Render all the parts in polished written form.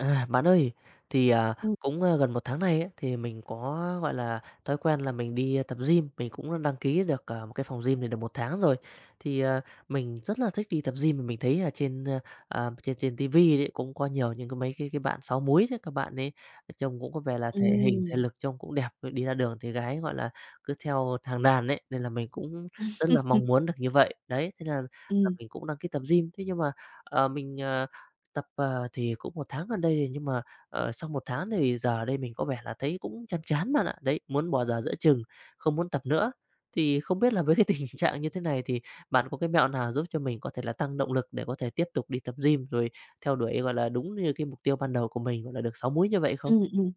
Bạn ơi, thì, à, Ừm, cũng, a, gần một tháng nay ấy, gọi là, thói quen là mình đi tập gym, mình cũng đã đăng ký được, một cái phòng gym này được một tháng rồi. Thì, à, mình rất là thích đi tập gym và mình thấy là trên, a, à, trên trên ti vi đấy cũng có nhiều những cái mấy cái bạn sáu múi đấy, các bạn ấy trông cũng có vẻ là thể hình, thể ừm. lực trông cũng đẹp, rồi đi ra đường thì gái, gọi là, cứ theo thằng đàn đấy nên là mình cũng rất là mong muốn được như vậy. Đấy, thế là Ừm, mình cũng đăng ký tập gym. Thế nhưng mà, mình, tập, thì cũng một tháng gần đây rồi, nhưng mà, sau một tháng thì giờ đây mình có vẻ là thấy cũng chán chán bạn ạ. Đấy, muốn bỏ giờ giữa chừng, không muốn tập nữa. Thì không biết là với cái tình trạng như thế này thì bạn có cái mẹo nào giúp cho mình có thể là tăng động lực để có thể tiếp tục đi tập gym, rồi theo đuổi, gọi là, đúng như cái mục tiêu ban đầu của mình, gọi là, được 6 múi như vậy không? ừm, ừm,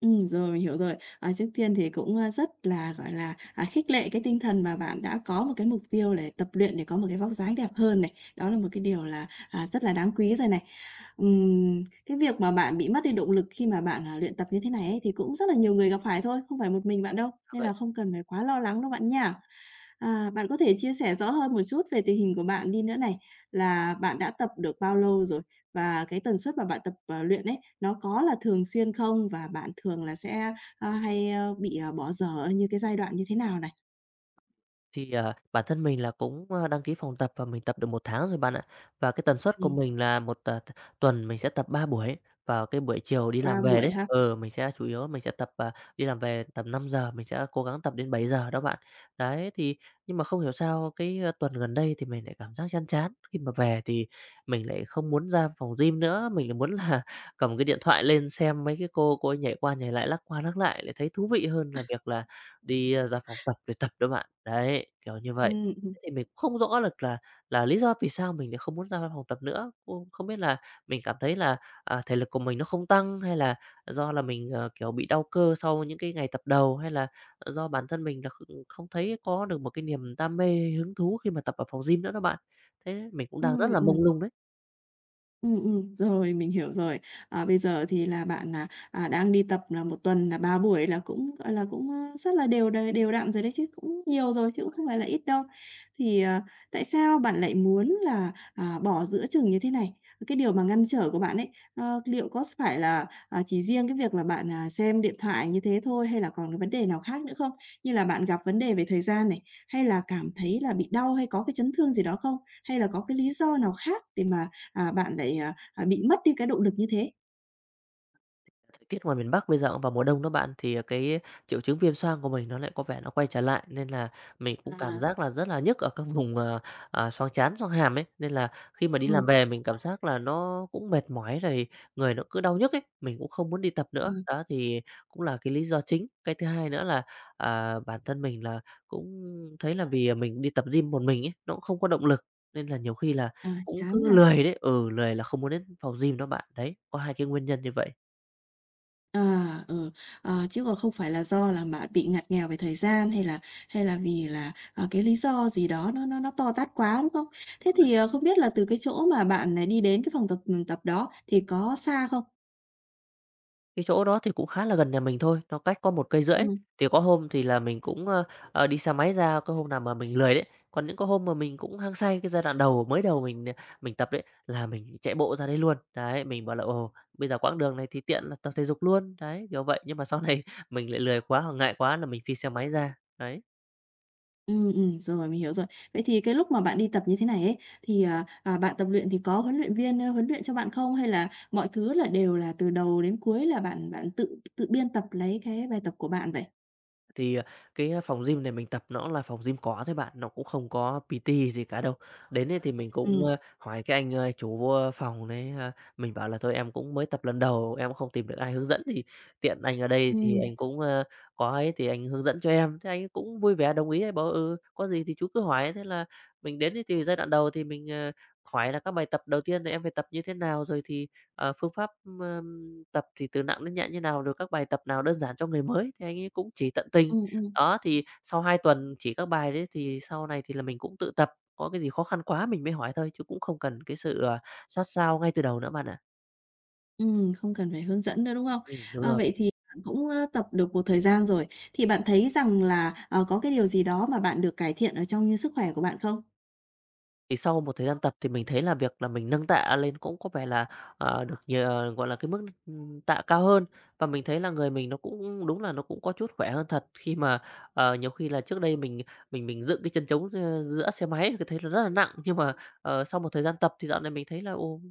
rồi, mình hiểu rồi. À, trước tiên thì cũng, rất là, gọi là, khích lệ cái tinh thần mà bạn đã có một cái mục tiêu để tập luyện để có một cái vóc dáng đẹp hơn này, đó là một cái điều là, rất là đáng quý rồi này. Cái việc mà bạn bị mất đi động lực khi mà bạn, luyện tập như thế này ấy thì cũng rất là nhiều người gặp phải thôi, không phải một mình bạn đâu, Dạ nên là vậy. không cần phải quá lo lắng đâu bạn nha. À, bạn có thể chia sẻ rõ hơn một chút về tình hình của bạn đi nữa này, là bạn đã tập được bao lâu rồi? Và cái tần suất mà bạn tập, luyện ấy, nó có là thường xuyên không? Và bạn thường là sẽ, hay, bị, bỏ dở ở như cái giai đoạn như thế nào này? Bản thân mình là cũng, đăng ký phòng tập và mình tập được một tháng rồi bạn ạ. Và cái tần suất của Ừm, mình là một, à, t tuần mình sẽ tập 3 buổi, vào cái buổi chiều đi 3 làm về buổi đấy. ha? Ờ mình sẽ chủ yếu mình sẽ tập, đi làm về tầm năm giờ mình sẽ cố gắng tập đến bảy giờ đó bạn. Đấy, thì nhưng mà không hiểu sao tuần gần đây thì mình lại cảm giác chán chán, khi mà về thì mình lại không muốn ra phòng gym nữa, mình lại muốn là cầm cái điện thoại lên xem mấy cái cô ấy nhảy qua nhảy lại, lắc qua lắc lại lại thấy thú vị hơn là việc là đi, ra phòng tập để tập đó bạn. Đấy, kiểu như vậy. Ừ, ừ. Thế thì mình cũng không rõ được là lý do vì sao mình lại không muốn ra phòng tập nữa. Cũng không biết là mình cảm thấy là, thể lực của mình nó không tăng, hay là do là mình, kiểu, bị đau cơ sau những cái ngày tập đầu, hay là, do bản thân mình là không thấy có được một cái niềm đam mê, hứng thú khi mà tập ở phòng gym nữa đó bạn. Thế mình cũng đang Ừm, rất là ừm. mông lung đấy. Ừ, ừm, rồi, mình hiểu rồi. À, bây giờ thì là bạn, đang đi tập là một tuần là 3 buổi là cũng, gọi là, cũng, rất là đều đều đặn rồi đấy chứ, cũng nhiều rồi chứ cũng không phải là ít đâu. Thì, tại sao bạn lại muốn là, bỏ giữa chừng như thế này? Cái điều mà ngăn trở của bạn ấy, liệu có phải là, chỉ riêng cái việc là bạn, xem điện thoại như thế thôi hay là còn cái vấn đề nào khác nữa không? Như là bạn gặp vấn đề về thời gian này, hay là cảm thấy là bị đau hay có cái chấn thương gì đó không? Hay là có cái lý do nào khác để mà bạn lại, bị mất đi cái động lực như thế. Thời tiết ngoài miền Bắc bây giờ cũng vào mùa đông đó bạn, thì, cái triệu chứng viêm xoang của mình nó lại có vẻ nó quay trở lại, nên là mình cũng cảm À, giác là rất là nhức ở các vùng, xoang trán, xoang hàm ấy. Nên là khi mà đi ừm, làm về mình cảm giác là nó cũng mệt mỏi rồi người nó cứ đau nhức ấy, mình cũng không muốn đi tập nữa. ừm, Đó, thì cũng là cái lý do chính. Cái thứ hai nữa là, bản thân mình là cũng thấy là vì, mình đi tập gym một mình ấy, nó cũng không có động lực, nên là nhiều khi là à, cũng chán cứ ha. lười đấy, ừ, lười là không muốn đến phòng gym đó bạn. Đấy, có hai cái nguyên nhân như vậy. À, ừ, ờ, chứ còn không phải là do là bạn bị ngặt nghèo về thời gian hay là vì là, cái lý do gì đó nó to tát quá, đúng không? Thế thì, không biết là từ cái chỗ mà bạn, này đi đến cái phòng tập đó thì có xa không? Cái chỗ đó thì cũng khá là gần nhà mình thôi, nó cách có một cây, rưỡi. Ừm. Thì có hôm thì là mình cũng, đi xe máy ra, có hôm nào mà mình lười đấy. Còn những cái hôm mà mình cũng hăng say, cái giai đoạn đầu, mới đầu mình, mình tập đấy, là mình chạy bộ ra đấy luôn. Đấy, mình bảo là "Ồ, bây giờ quãng đường này thì tiện là tập thể dục luôn." Đấy, kiểu vậy, nhưng mà sau này mình lại lười quá hoặc ngại quá là mình phi xe máy ra, đấy. Ừ, ừm, rồi, mình hiểu rồi. Vậy thì cái lúc mà bạn đi tập như thế này ấy, thì, bạn tập luyện thì có huấn luyện viên, huấn luyện cho bạn không? Hay là mọi thứ là đều là từ đầu đến cuối là bạn bạn tự tự biên tập lấy cái bài tập của bạn vậy? Thì, à, cái, phòng gym này mình tập nó là phòng gym có thôi bạn, nó cũng không có PT gì cả đâu. Đến ấy thì mình cũng, Ừ hỏi cái anh, chủ, phòng đấy, mình bảo là "Thôi em cũng mới tập lần đầu, em không tìm được ai hướng dẫn thì tiện anh ở đây thì ừ anh cũng, có ấy thì anh hướng dẫn cho em." Thế anh ấy cũng vui vẻ đồng ý, anh bảo: "Ừ, có gì thì chú cứ hỏi." Thế là mình đến ấy thì giai đoạn đầu thì mình, hỏi là các bài tập đầu tiên thì em phải tập như thế nào, rồi thì phương pháp, tập thì từ nặng đến nhẹ như nào, rồi các bài tập nào đơn giản cho người mới thì anh ấy cũng chỉ tận tình. ừ ừm, Đó, thì sau 2 tuần chỉ các bài đấy thì sau này thì là mình cũng tự tập, có cái gì khó khăn quá mình mới hỏi thôi, chứ cũng không cần cái sự, sát sao ngay từ đầu nữa bạn ạ. Không cần phải hướng dẫn nữa, đúng không? Đúng Ờ, rồi. vậy thì bạn cũng, tập được một thời gian rồi, thì bạn thấy rằng là, có cái điều gì đó mà bạn được cải thiện ở trong như sức khỏe của bạn không? Thì sau một thời gian tập thì mình thấy là việc là mình nâng tạ lên cũng có vẻ là, được nhiều gọi là, cái mức, tạ cao hơn. Và mình thấy là người mình nó cũng đúng là nó cũng có chút khỏe hơn thật, khi mà, nhiều khi là trước đây mình dựng cái chân trống, giữa xe máy thì thấy nó rất là nặng, nhưng mà, sau một thời gian tập thì dạo này mình thấy là, ồ,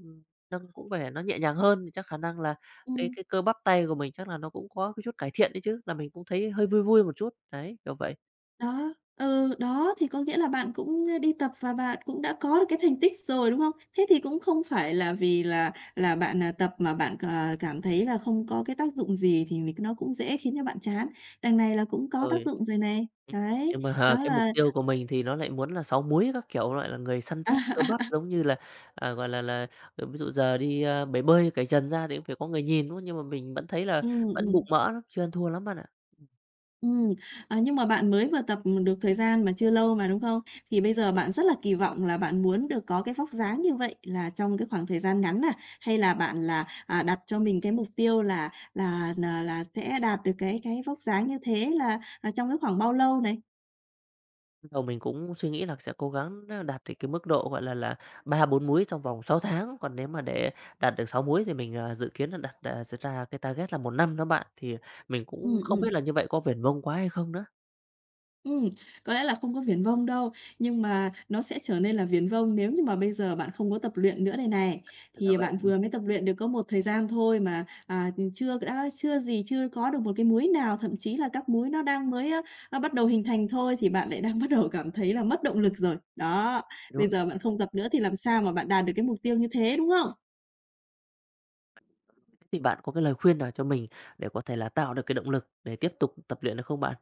nâng cũng vẻ nó nhẹ nhàng hơn, thì chắc khả năng là cái Ừm. cái cơ bắp tay của mình chắc là nó cũng có cái chút cải thiện đấy chứ, là mình cũng thấy hơi vui vui một chút, đấy, kiểu vậy. Đó, ừ, đó, thì có nghĩa là bạn cũng, đi tập và bạn cũng đã có được cái thành tích rồi, đúng không? Thế thì cũng không phải là vì là bạn, tập mà bạn cảm thấy là không có cái tác dụng gì thì nó cũng dễ khiến cho bạn chán, đằng này là cũng có tác Rồi. dụng rồi này. Ừm, Đấy, nhưng mà, đó cái mục là tiêu của mình thì nó lại muốn là sáu múi các kiểu, loại là người săn chắc cơ bắp, giống như là, gọi là, ví dụ giờ đi, bể bơi cởi trần ra thì cũng phải có người nhìn, đúng không? Nhưng mà mình vẫn thấy là ừ, vẫn ừ. bụng mỡ lắm, chưa ăn thua lắm bạn ạ. Ừm, à, nhưng mà bạn mới vừa tập, được thời gian mà chưa lâu mà, đúng không? Thì bây giờ bạn rất là kỳ vọng là bạn muốn được có cái vóc dáng như vậy là trong cái khoảng thời gian ngắn à? Hay là bạn là, đặt cho mình cái mục tiêu là sẽ đạt được cái vóc dáng như thế là, trong cái khoảng bao lâu này? Lúc đầu mình cũng suy nghĩ là sẽ cố gắng, đạt được cái mức độ, gọi là, ba bốn múi trong vòng 6 tháng, còn nếu mà để đạt được 6 múi thì mình, dự kiến là đặt, sẽ ra cái target là một năm đó bạn, thì mình Ừ, cũng không ừ. biết là như vậy có viển vông quá hay không nữa? Ừm, có lẽ là không có viển vông đâu, nhưng mà nó sẽ trở nên là viển vông nếu như mà bây giờ bạn không có tập luyện nữa đây này. Là Thì vậy, bạn vừa mới tập luyện được có một thời gian thôi mà, chưa đã chưa gì, chưa có được một cái múi nào, thậm chí là các múi nó đang mới, bắt đầu hình thành thôi thì bạn lại đang bắt đầu cảm thấy là mất động lực rồi. Đó, đúng bây rồi. giờ bạn không tập nữa thì làm sao mà bạn đạt được cái mục tiêu như thế, đúng không? Thì bạn có cái lời khuyên nào cho mình để có thể là tạo được cái động lực để tiếp tục tập luyện được không bạn?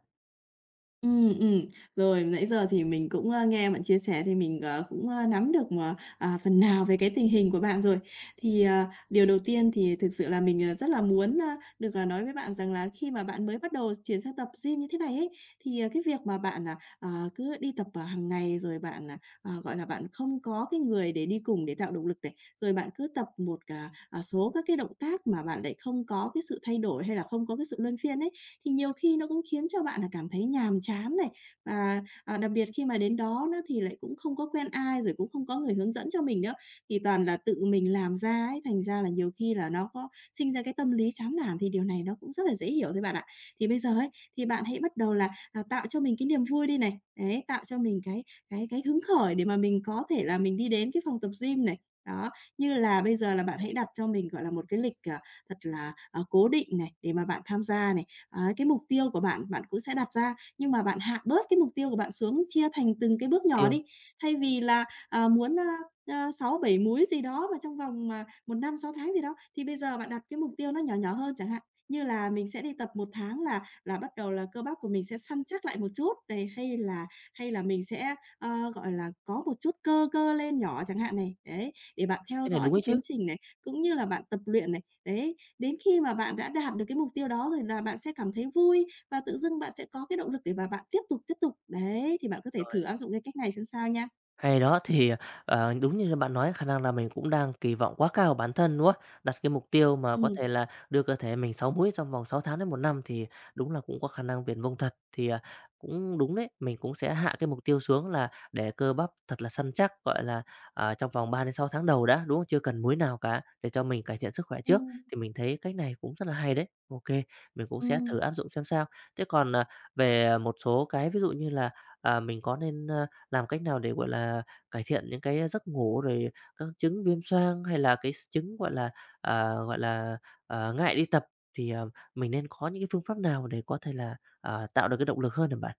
Ừ. Rồi, nãy giờ thì mình cũng, nghe bạn chia sẻ thì mình, cũng, nắm được mà, phần nào về cái tình hình của bạn rồi. Thì, điều đầu tiên thì thực sự là mình, rất là muốn, được, nói với bạn rằng là khi mà bạn mới bắt đầu chuyển sang tập gym như thế này ấy, thì, cái việc mà bạn, cứ đi tập, hàng ngày rồi bạn, gọi là, bạn không có cái người để đi cùng để tạo động lực này, rồi bạn cứ tập một, số các cái động tác mà bạn lại không có cái sự thay đổi hay là không có cái sự luân phiên ấy, thì nhiều khi nó cũng khiến cho bạn là cảm thấy nhàm chán này. Và, đặc biệt khi mà đến đó nữa thì lại cũng không có quen ai, rồi cũng không có người hướng dẫn cho mình nữa, thì toàn là tự mình làm ra ấy, thành ra là nhiều khi là nó có sinh ra cái tâm lý chán nản thì điều này nó cũng rất là dễ hiểu thôi bạn ạ. Thì bây giờ ấy, thì bạn hãy bắt đầu là, tạo cho mình cái niềm vui đi này, đấy, tạo cho mình cái hứng khởi để mà mình có thể là mình đi đến cái phòng tập gym này. Đó, như là bây giờ là bạn hãy Hay là đặt mục cho mình, gọi là, một cái lịch, thật là, cố định này, để mà bạn tham gia này. Á, cái mục tiêu của bạn, bạn cũng sẽ đặt ra, nhưng mà bạn hạ bớt cái mục tiêu của bạn xuống, chia thành từng cái bước nhỏ tiêu? đi. Thay vì là, muốn, 6, 7 múi gì đó mà trong vòng, 1 năm, 6 tháng gì đó, thì bây giờ bạn đặt cái mục tiêu nó nhỏ nhỏ hơn chẳng hạn, như là mình sẽ đi tập một tháng là bắt đầu là cơ bắp của mình sẽ săn chắc lại một chút, này, hay là mình sẽ, gọi là, có một chút cơ cơ lên nhỏ chẳng hạn này, đấy để bạn theo Cái này dõi đúng cái ấy chứ? tiến trình này, cũng như là bạn tập luyện này. Đấy, đến khi mà bạn đã đạt được cái mục tiêu đó rồi là bạn sẽ cảm thấy vui và tự dưng bạn sẽ có cái động lực để mà bạn tiếp tục, tiếp tục. Đấy, thì bạn có thể thử áp dụng cái cách này xem sao nha. Hay đó, thì, đúng như bạn nói, khả năng là mình cũng đang kỳ vọng quá cao vào bản thân, đúng không? Đặt cái mục tiêu mà có Ừm. thể là đưa cơ thể mình 6 múi trong vòng 6 tháng đến một năm thì đúng là cũng có khả năng viển vông thật. Thì, cũng đúng đấy, mình cũng sẽ hạ cái mục tiêu xuống là để cơ bắp thật là săn chắc, gọi là, trong vòng ba đến sáu tháng đầu đã, đúng không? Chưa cần múi nào cả, để cho mình cải thiện sức khỏe trước, Ừm. thì mình thấy cách này cũng rất là hay đấy. Ok, mình cũng sẽ Ừm. thử áp dụng xem sao. Thế còn, về một số cái ví dụ như là, mình có nên, làm cách nào để, gọi là, cải thiện những cái giấc ngủ rồi các chứng viêm xoang hay là cái chứng, gọi là, à, gọi là, ngại đi tập thì, mình nên có những cái phương pháp nào để có thể là, tạo được cái động lực hơn hả bạn?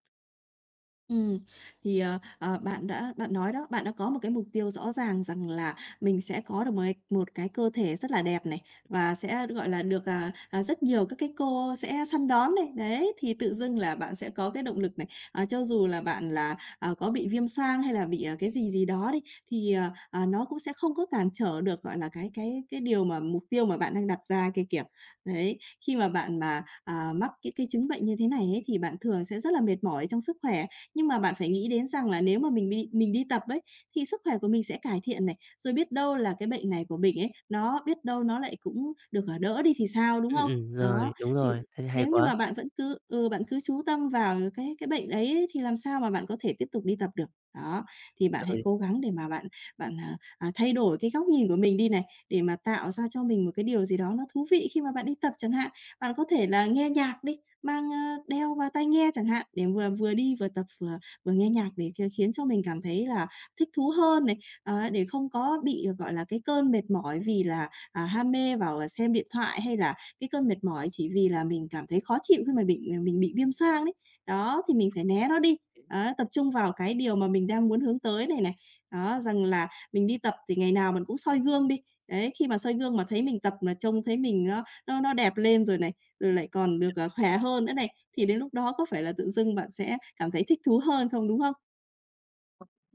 Ừm, thì, bạn nói đó, bạn đã có một cái mục tiêu rõ ràng rằng là mình sẽ có được một cái cơ thể rất là đẹp này, và sẽ, gọi là, được, rất nhiều các cái cô sẽ săn đón này. Đấy, thì tự dưng là bạn sẽ có cái động lực này. À, cho dù là bạn là, có bị viêm xoang hay là bị, cái gì gì đó đi, thì, nó cũng sẽ không có cản trở được, gọi là, cái điều mà mục tiêu mà bạn đang đặt ra kia kìa. Đấy, khi mà bạn mà, mắc cái chứng bệnh như thế này ấy, thì bạn thường sẽ rất là mệt mỏi trong sức khỏe nhưng mà bạn phải nghĩ đến rằng là nếu mà mình đi tập ấy, thì sức khỏe của mình sẽ cải thiện này, rồi biết đâu là cái bệnh này của mình ấy, nó biết đâu nó lại cũng được, đỡ đi thì sao, đúng không? Đó, Rồi, đúng thì rồi, thế thì hay nếu như quá. mà bạn vẫn cứ bạn cứ chú tâm vào cái bệnh đấy ấy, thì làm sao mà bạn có thể tiếp tục đi tập được. Đó, thì bạn hãy Rồi. cố gắng để mà bạn bạn, à, à, thay đổi cái góc nhìn của mình đi này, để mà tạo ra cho mình một cái điều gì đó nó thú vị khi mà bạn đi tập chẳng hạn. Bạn có thể là nghe nhạc đi, đeo vào tai nghe chẳng hạn, để vừa vừa đi vừa tập vừa vừa nghe nhạc để khiến cho mình cảm thấy là thích thú hơn này, để không có bị, gọi là, cái cơn mệt mỏi vì là, ham mê vào, xem điện thoại, hay là cái cơn mệt mỏi chỉ vì là mình cảm thấy khó chịu khi mà mình bị viêm xoang đấy. Đó, thì mình phải né nó đi, đó, tập trung vào cái điều mà mình đang muốn hướng tới này này. Đó, rằng là mình đi tập thì ngày nào mình cũng soi gương đi, đấy, khi mà soi gương mà thấy mình tập mà trông thấy mình nó đẹp lên rồi này, rồi lại còn được, khỏe hơn nữa này, thì đến lúc đó có phải là tự dưng bạn sẽ cảm thấy thích thú hơn không, đúng không?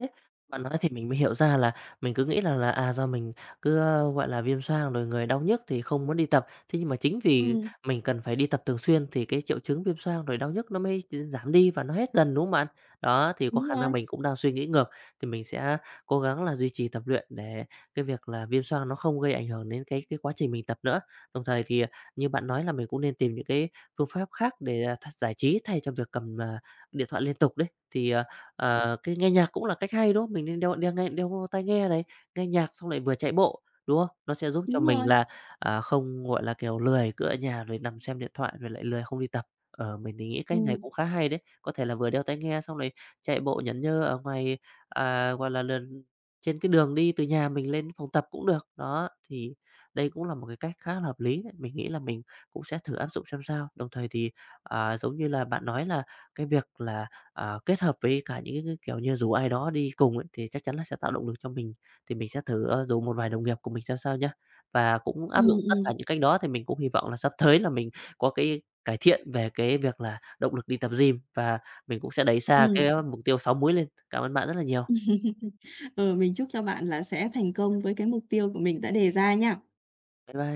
Đấy, bạn nói thì mình mới hiểu ra là mình cứ nghĩ là do mình cứ, gọi là, viêm xoang rồi người đau nhức thì không muốn đi tập. Thế nhưng mà chính vì Ừm, mình cần phải đi tập thường xuyên thì cái triệu chứng viêm xoang rồi đau nhức nó mới giảm đi và nó hết dần, đúng không bạn? Đó, thì có đúng khả rồi, năng mình cũng đang suy nghĩ ngược, thì mình sẽ cố gắng là duy trì tập luyện để cái việc là viêm xoang nó không gây ảnh hưởng đến cái quá trình mình tập nữa. Đồng thời thì như bạn nói là mình cũng nên tìm những cái phương pháp khác để, giải trí thay cho việc cầm, điện thoại liên tục đấy. Cái nghe nhạc cũng là cách hay, đúng không? Mình nên đeo đeo nghe đeo tai nghe này, nghe nhạc xong lại vừa chạy bộ, đúng không? Nó sẽ giúp cho đúng rồi. mình là, không, gọi là, kiểu, lười cứ ở nhà rồi nằm xem điện thoại rồi lại lười không đi tập. Ờ, mình thì nghĩ cách này Ừm, cũng khá hay đấy, có thể là vừa đeo tai nghe xong rồi chạy bộ nhẩn nhơ ở ngoài, gọi là, lần trên cái đường đi từ nhà mình lên phòng tập cũng được. Đó, thì đây cũng là một cái cách khá là hợp lý đấy, mình nghĩ là mình cũng sẽ thử áp dụng xem sao. Đồng thời thì, giống như là bạn nói là cái việc là kết hợp với cả những cái kiểu như, rủ ai đó đi cùng ấy, thì chắc chắn là sẽ tạo động lực cho mình. Thì mình sẽ thử, rủ một vài đồng nghiệp của mình xem sao nhá. Và cũng áp ừm, dụng tất cả ừm, những cách đó thì mình cũng hy vọng là sắp tới là mình có cái cải thiện về cái việc là động lực đi tập gym và mình cũng sẽ đẩy xa ừm. cái mục tiêu 6 múi lên. Cảm ơn bạn rất là nhiều. Ừ, mình chúc cho bạn là sẽ thành công với cái mục tiêu của mình đã đề ra nha. Bye bye.